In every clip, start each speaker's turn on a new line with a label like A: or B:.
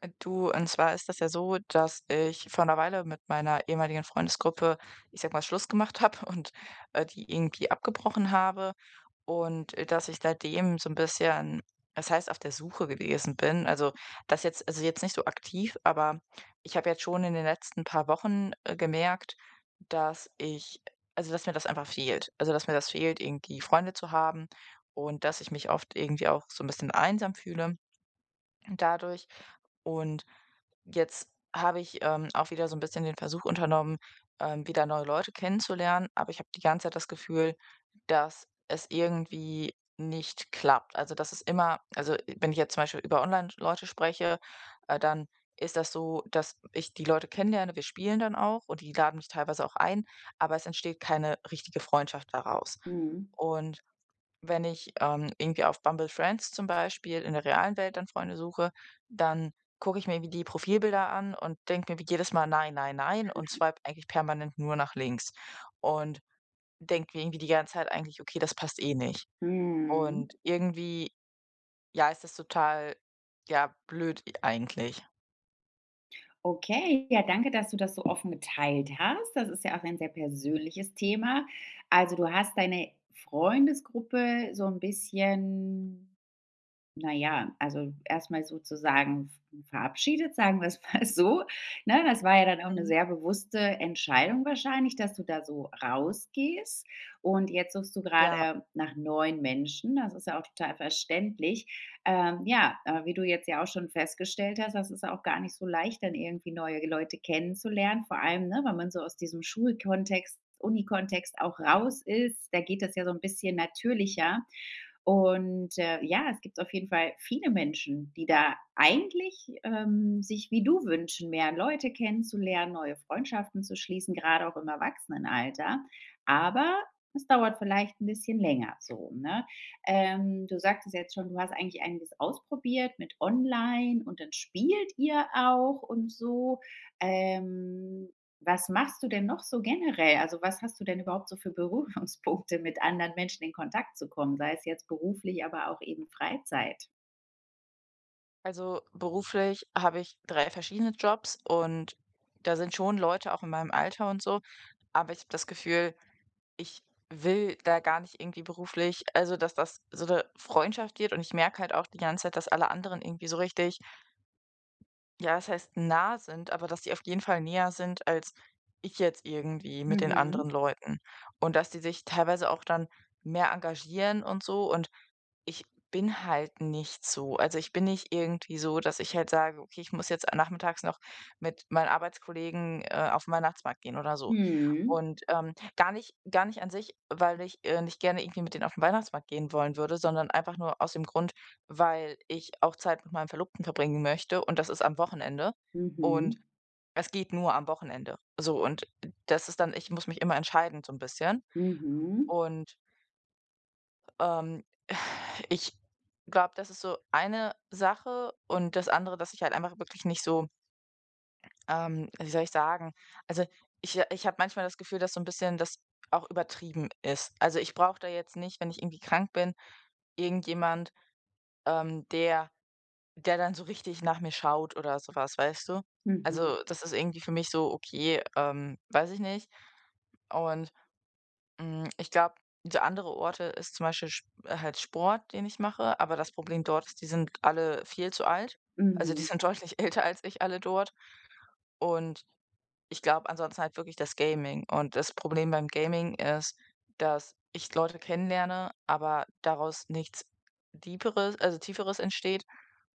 A: Du, und zwar ist das ja so, dass ich vor einer Weile mit meiner ehemaligen Freundesgruppe, ich sag mal, Schluss gemacht habe und die irgendwie abgebrochen habe und dass ich seitdem so ein bisschen, das heißt, auf der Suche gewesen bin. Also das jetzt, also jetzt nicht so aktiv, aber ich habe jetzt schon in den letzten paar Wochen gemerkt, dass ich, also dass mir das einfach fehlt. Also dass mir das fehlt, irgendwie Freunde zu haben, und dass ich mich oft irgendwie auch so ein bisschen einsam fühle dadurch. Und jetzt habe ich, auch wieder so ein bisschen den Versuch unternommen, wieder neue Leute kennenzulernen, aber ich habe die ganze Zeit das Gefühl, dass es irgendwie nicht klappt. Also, dass es immer wenn ich jetzt zum Beispiel über online Leute spreche, dann ist das so, dass ich die Leute kennenlerne, wir spielen dann auch und die laden mich teilweise auch ein, aber es entsteht keine richtige Freundschaft daraus.
B: Mhm.
A: Und wenn ich, irgendwie auf Bumble Friends zum Beispiel in der realen Welt dann Freunde suche, dann gucke ich mir irgendwie die Profilbilder an und denke mir wie jedes Mal: „Nein, nein, nein“ und swipe eigentlich permanent nur nach links und denke mir irgendwie die ganze Zeit eigentlich: „Okay, das passt eh nicht.“
B: Mhm.
A: Und irgendwie, ja, ist das total, ja, blöd i eigentlich.
B: Okay, ja, danke, dass du das so offen geteilt hast. Das ist ja auch ein sehr persönliches Thema. Also, du hast deine Freundesgruppe so ein bisschen. Na ja, also erstmal sozusagen verabschiedet, sagen wir es mal so, ne? Das war ja dann auch eine
A: Mhm.
B: sehr bewusste Entscheidung wahrscheinlich, dass du da so rausgehst, und jetzt suchst du
A: Ja,
B: gerade nach neuen Menschen. Das ist ja auch total verständlich. Ja, aber wie du jetzt ja auch schon festgestellt hast, das ist auch gar nicht so leicht, dann irgendwie neue Leute kennenzulernen, vor allem, ne, wenn man so aus diesem Schulkontext, Unikontext auch raus ist, da geht das ja so ein bisschen natürlicher. Und, ja, es gibt auf jeden Fall viele Menschen, die da eigentlich, sich wie du wünschen, mehr Leute kennenzulernen, neue Freundschaften zu schließen, gerade auch im Erwachsenenalter. Aber es dauert vielleicht ein bisschen länger so, ne? Du sagtest jetzt schon, du hast eigentlich einiges ausprobiert mit online und dann spielt ihr auch und so. Ähm, Was machst du denn noch so generell? Also, was hast du denn überhaupt so für Berührungspunkte, mit anderen Menschen in Kontakt zu kommen, sei es jetzt beruflich, aber auch eben Freizeit?
A: also beruflich habe ich 3 verschiedene Jobs und da sind schon Leute auch in meinem Alter und so, aber ich habe das Gefühl. Ich will da gar nicht irgendwie beruflich, also, dass das so eine Freundschaft wird, und ich merke halt auch die ganze Zeit, dass alle anderen irgendwie so richtig, ja, was heißt nah sind, aber dass die auf jeden Fall näher sind als ich jetzt irgendwie mit den
B: Mhm.
A: anderen Leuten. Und dass die sich teilweise auch dann mehr engagieren und so, und ich bin halt nicht so. Also, ich bin nicht irgendwie so, dass ich halt sage: „Okay, ich muss jetzt nachmittags noch mit meinen Arbeitskollegen, auf 'n Weihnachtsmarkt gehen“ oder so.
B: Mhm.
A: Und, gar nicht an sich, weil ich, nicht gerne irgendwie mit denen auf den Weihnachtsmarkt gehen wollen würde, sondern einfach nur aus dem Grund, weil ich auch Zeit mit meinem Verlobten verbringen möchte, und das ist am Wochenende.
B: Mhm.
A: Und es geht nur am Wochenende. So, und das ist dann, ich muss mich immer entscheiden so ein bisschen.
B: Mhm.
A: Und ähm, ich glaube, das ist so eine Sache, und das andere, dass ich halt einfach wirklich nicht so, wie soll ich sagen, also, ich habe manchmal das Gefühl, dass so ein bisschen das auch übertrieben ist. Also, ich brauche da jetzt nicht, wenn ich irgendwie krank bin, irgendjemand, ähm, der der dann so richtig nach mir schaut oder so was, weißt du?
B: Mhm.
A: Also, das ist irgendwie für mich so: „Okay, weiß ich nicht.“ Und ich glaube, so andere Orte ist zum Beispiel Sp halt Sport, den ich mache, aber das Problem dort ist, die sind alle viel zu alt. Also, die
B: Mhm.
A: sind deutlich älter als ich alle dort, und ich glaube ansonsten halt wirklich das Gaming. Und das Problem beim Gaming ist, dass ich Leute kennenlerne, aber daraus nichts Deeperes, also Tieferes entsteht,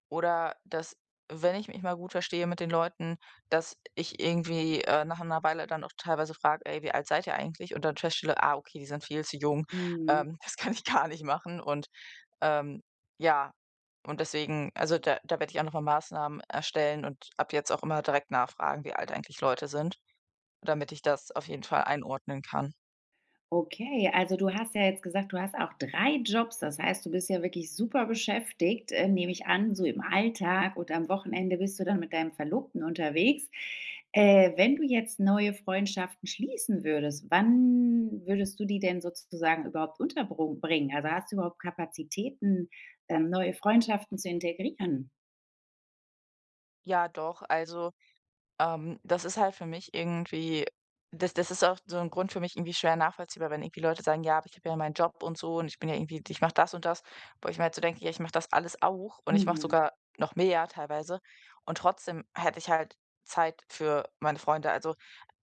A: oder dass, wenn ich mich mal gut verstehe mit den Leuten, dass ich irgendwie, nach einer Weile dann auch teilweise frage: „Ey, wie alt seid ihr eigentlich?“ Und dann feststelle: „Ah, okay, die sind viel zu jung.
B: Mhm.
A: Das kann ich gar nicht machen.“ Und, ähm, ja, und deswegen also da werde ich auch noch mal Maßnahmen erstellen und ab jetzt auch immer direkt nachfragen, wie alt eigentlich Leute sind, damit ich das auf jeden Fall einordnen kann.
B: Okay, also du hast ja jetzt gesagt, du hast auch 3 Jobs. Das heißt, du bist ja wirklich super beschäftigt, nehme ich an, so im Alltag, und am Wochenende bist du dann mit deinem Verlobten unterwegs. Wenn du jetzt neue Freundschaften schließen würdest, wann würdest du die denn sozusagen überhaupt unterbringen? Also, hast du überhaupt Kapazitäten, neue Freundschaften zu integrieren?
A: Ja, doch, also, das ist halt für mich irgendwie, das ist auch so ein Grund für mich irgendwie schwer nachvollziehbar, wenn irgendwie Leute sagen: „Ja, aber ich habe ja meinen Job und so, und ich bin ja irgendwie, ich mache das und das.“ Wo ich mir halt so denke: „Ja, ich mache das alles auch und ich mache
B: Mhm.
A: sogar noch mehr teilweise, und trotzdem hätte ich halt Zeit für meine Freunde.“ Also,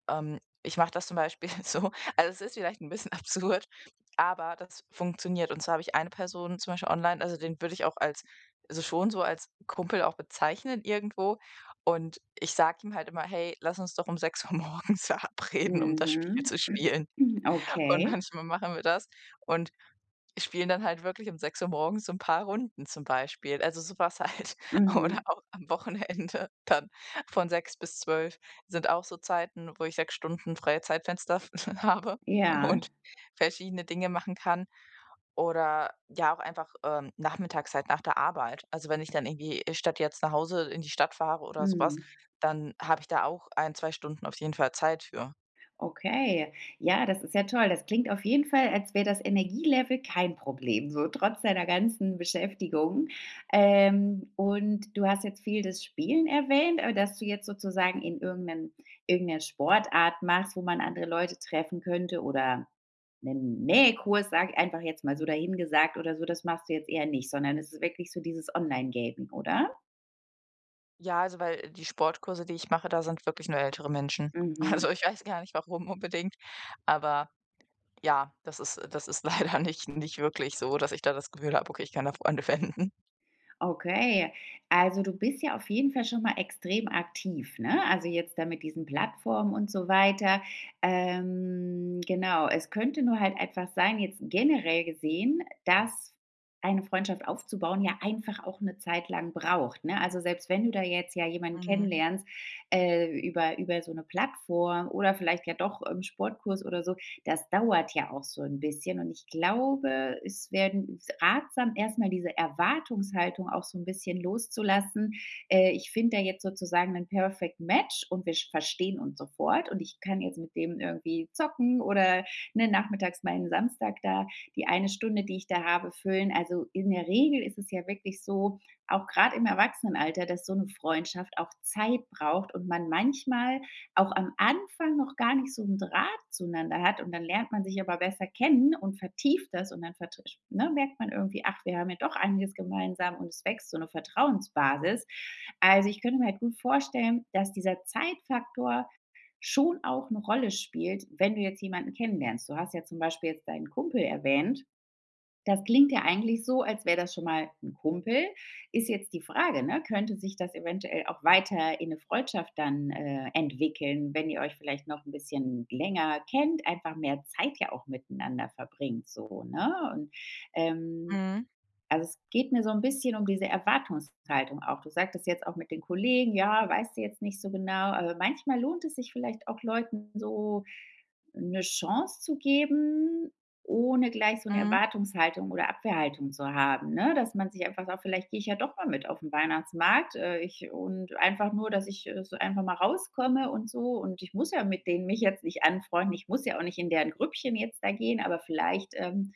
A: Ich mache das zum Beispiel so, also, es ist vielleicht ein bisschen absurd, aber das funktioniert. Und zwar habe ich eine Person zum Beispiel online, also, den würde ich auch als, also, schon so als Kumpel auch bezeichnen irgendwo. Und ich sage ihm halt immer: „Hey, lass uns doch um 6 Uhr morgens verabreden, um das Spiel
B: Mhm.
A: zu spielen.“ Und
B: Okay.
A: manchmal machen wir das. Und spielen dann halt wirklich um 6 Uhr morgens so 'n paar Runden zum Beispiel. Also, sowas halt. Oder
B: Mhm.
A: auch am Wochenende dann von 6 bis 12 sind auch so Zeiten, wo ich 6 Stunden freie Zeitfenster habe
B: Ja.
A: und verschiedene Dinge machen kann. Oder ja, auch einfach, nachmittags halt nach der Arbeit. Also, wenn ich dann irgendwie statt jetzt nach Hause in die Stadt fahre oder sowas,
B: Mhm.
A: dann habe ich da auch ein, zwei Stunden auf jeden Fall Zeit für.
B: Okay, ja, das ist ja toll. Das klingt auf jeden Fall, als wäre das Energielevel kein Problem, so trotz deiner ganzen Beschäftigung. Und du hast jetzt viel das Spielen erwähnt, aber dass du jetzt sozusagen in irgendeinem, irgendeiner Sportart machst, wo man andere Leute treffen könnte, oder einen Nähkurs, sag ich einfach jetzt mal so dahingesagt oder so, das machst du jetzt eher nicht, sondern es ist wirklich so dieses Online-Gaming, oder?
A: Ja, also, weil die Sportkurse, die ich mache, da sind wirklich nur ältere Menschen. Also,
B: Mhm.
A: ich weiß gar nicht, warum unbedingt, aber ja, das ist, das ist leider nicht wirklich so, dass ich da das Gefühl habe: „Okay, ich kann da Freunde wenden.“
B: Okay, also du bist ja auf jeden Fall schon mal extrem aktiv, ne? Also jetzt da mit diesen Plattformen und so weiter. Genau, es könnte nur halt einfach sein, jetzt generell gesehen, dass eine Freundschaft aufzubauen ja einfach auch eine Zeit lang braucht, ne? Also selbst wenn du da jetzt ja jemanden
A: Mhm.
B: kennenlernst, über so eine Plattform oder vielleicht ja doch im Sportkurs oder so, das dauert ja auch so ein bisschen, und ich glaube, es werden ratsam, erstmal diese Erwartungshaltung auch so ein bisschen loszulassen. Ich finde da jetzt sozusagen ein Perfect Match und wir sch verstehen uns sofort und ich kann jetzt mit dem irgendwie zocken, oder, ne, nachmittags meinen Samstag da die eine Stunde, die ich da habe, füllen. Also, in der Regel ist es ja wirklich so, auch gerade im Erwachsenenalter, dass so eine Freundschaft auch Zeit braucht und man manchmal auch am Anfang noch gar nicht so einen Draht zueinander hat und dann lernt man sich aber besser kennen und vertieft das und dann vertrisch, ne, merkt man irgendwie: „Ach, wir haben ja doch einiges gemeinsam“, und es wächst so eine Vertrauensbasis. Also, ich könnte mir halt gut vorstellen, dass dieser Zeitfaktor schon auch eine Rolle spielt, wenn du jetzt jemanden kennenlernst. Du hast ja zum Beispiel jetzt deinen Kumpel erwähnt. Das klingt ja eigentlich so, als wäre das schon mal ein Kumpel. Ist jetzt die Frage, ne, könnte sich das eventuell auch weiter in eine Freundschaft dann, entwickeln, wenn ihr euch vielleicht noch ein bisschen länger kennt, einfach mehr Zeit ja auch miteinander verbringt so, ne? Und, ähm
A: Mhm.
B: also, es geht mir so ein bisschen um diese Erwartungshaltung auch. Du sagtest jetzt auch mit den Kollegen: „Ja, weißt du jetzt nicht so genau.“ Aber manchmal lohnt es sich vielleicht auch Leuten so eine Chance zu geben, ohne gleich so eine
A: Mhm.
B: Erwartungshaltung oder Abwehrhaltung zu haben, ne? Dass man sich einfach sagt: „Vielleicht gehe ich ja doch mal mit auf den Weihnachtsmarkt, ich und einfach nur, dass ich, so einfach mal rauskomme und so, und ich muss ja mit denen mich jetzt nicht anfreunden. Ich muss ja auch nicht in deren Grüppchen jetzt da gehen, aber vielleicht,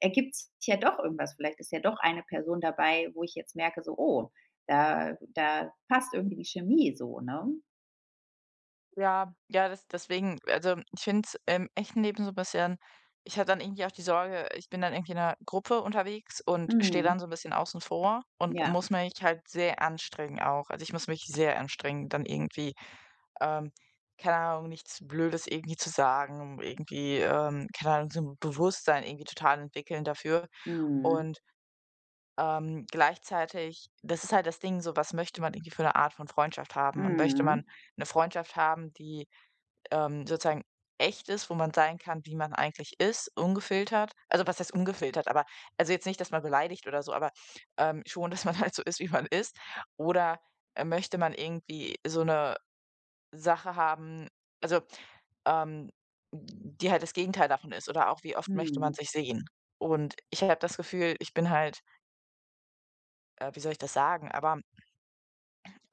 B: ergibt sich ja doch irgendwas. Vielleicht ist ja doch eine Person dabei, wo ich jetzt merke, so, oh, da passt irgendwie die Chemie so, ne?
A: Ja, ja, das deswegen, also, ich finde es im echten Leben so 'n bisschen, ich habe dann irgendwie auch die Sorge, ich bin dann irgendwie in 'ner Gruppe unterwegs und stehe
B: Mhm.
A: dann so ein bisschen außen vor und
B: Ja.
A: muss mich halt sehr anstrengen auch. Also, ich muss mich sehr anstrengen, dann irgendwie ähm, keine Ahnung, nichts Blödes irgendwie zu sagen, um irgendwie, keine Ahnung, so ein Bewusstsein irgendwie total entwickeln dafür.
B: Mhm.
A: Und, gleichzeitig, das ist halt das Ding, so, was möchte man irgendwie für eine Art von Freundschaft haben? Und möchte man
B: Mhm.
A: eine Freundschaft haben, die, sozusagen echt ist, wo man sein kann, wie man eigentlich ist, ungefiltert? Also, was heißt ungefiltert, aber, also, jetzt nicht, dass man beleidigt oder so, aber, schon, dass man halt so ist, wie man ist. Oder, möchte man irgendwie so eine Sache haben, also, ähm, die halt das Gegenteil davon ist, oder auch wie oft möchte man
B: Mhm.
A: sich sehen? Und ich habe das Gefühl, ich bin halt, wie soll ich das sagen, aber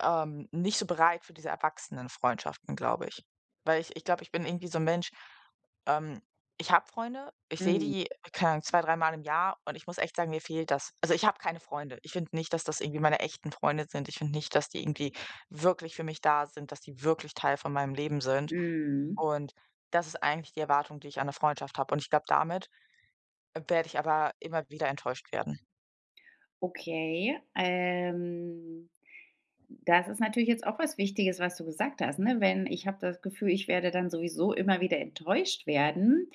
A: nicht so bereit für diese Erwachsenenfreundschaften, glaube ich. Weil ich glaube, ich bin irgendwie so ein Mensch, ähm, ich habe Freunde, ich sehe
B: Mhm.
A: die, keine Ahnung, 2, 3-mal im Jahr, und ich muss echt sagen, mir fehlt das. Also, ich habe keine Freunde. Ich finde nicht, dass das irgendwie meine echten Freunde sind. Ich finde nicht, dass die irgendwie wirklich für mich da sind, dass die wirklich Teil von meinem Leben sind.
B: Mhm.
A: Und das ist eigentlich die Erwartung, die ich an 'ne Freundschaft habe. Und ich glaube, damit werde ich aber immer wieder enttäuscht werden.
B: Okay, das ist natürlich jetzt auch was Wichtiges, was du gesagt hast, ne? Wenn ich habe das Gefühl, ich werde dann sowieso immer wieder enttäuscht werden.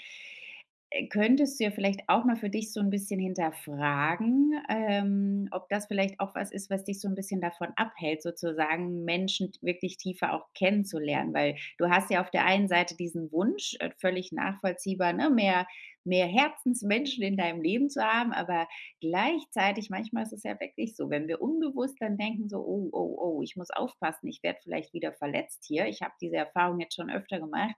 B: Könntest du ja vielleicht auch mal für dich so ein bisschen hinterfragen, ob das vielleicht auch was ist, was dich so ein bisschen davon abhält, sozusagen Menschen t wirklich tiefer auch kennenzulernen? Weil du hast ja auf der einen Seite diesen Wunsch, völlig nachvollziehbar, ne, mehr Herzensmenschen in deinem Leben zu haben, aber gleichzeitig manchmal ist es ja wirklich so, wenn wir unbewusst dann denken so: „Oh, oh, oh, ich muss aufpassen, ich werde vielleicht wieder verletzt hier. Ich habe diese Erfahrung jetzt schon öfter gemacht.“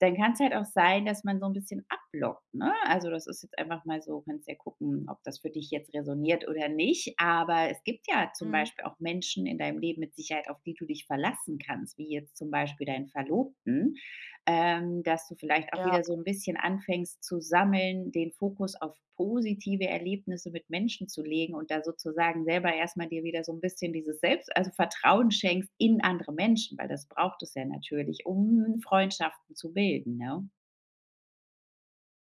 B: Dann kann es halt auch sein, dass man so ein bisschen Blog, ne? Also, das ist jetzt einfach mal so, kannst ja gucken, ob das für dich jetzt resoniert oder nicht. Aber es gibt ja zum
A: Mhm.
B: Beispiel auch Menschen in deinem Leben mit Sicherheit, auf die du dich verlassen kannst, wie jetzt zum Beispiel deinen Verlobten, dass du vielleicht auch
A: Ja.
B: wieder so ein bisschen anfängst zu sammeln, den Fokus auf positive Erlebnisse mit Menschen zu legen und da sozusagen selber erst mal dir wieder so ein bisschen dieses Selbst, also, Vertrauen schenkst in andere Menschen, weil das braucht es ja natürlich, um Freundschaften zu bilden, ne?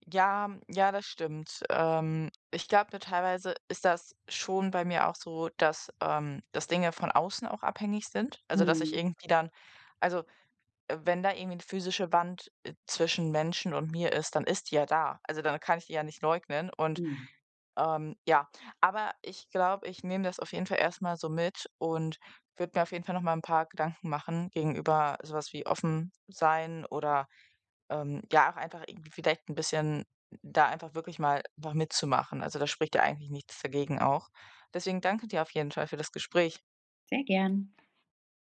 A: Ja, ja, das stimmt. Ich glaube, teilweise ist das schon bei mir auch so, dass Dinge von außen auch abhängig sind. Also, dass ich
B: Mhm.
A: irgendwie dann, also, wenn da irgendwie eine physische Wand zwischen Menschen und mir ist, dann ist die ja da. Also, dann kann ich die ja nicht leugnen. Und
B: Mhm.
A: ja, aber ich glaube, ich nehme das auf jeden Fall erstmal so mit und würde mir auf jeden Fall nochmal ein paar Gedanken machen gegenüber sowas wie offen sein oder ja, auch einfach irgendwie vielleicht ein bisschen da einfach wirklich mal einfach mitzumachen. Also, da spricht ja eigentlich nichts dagegen auch. Deswegen danke dir auf jeden Fall für das Gespräch.
B: Sehr gern.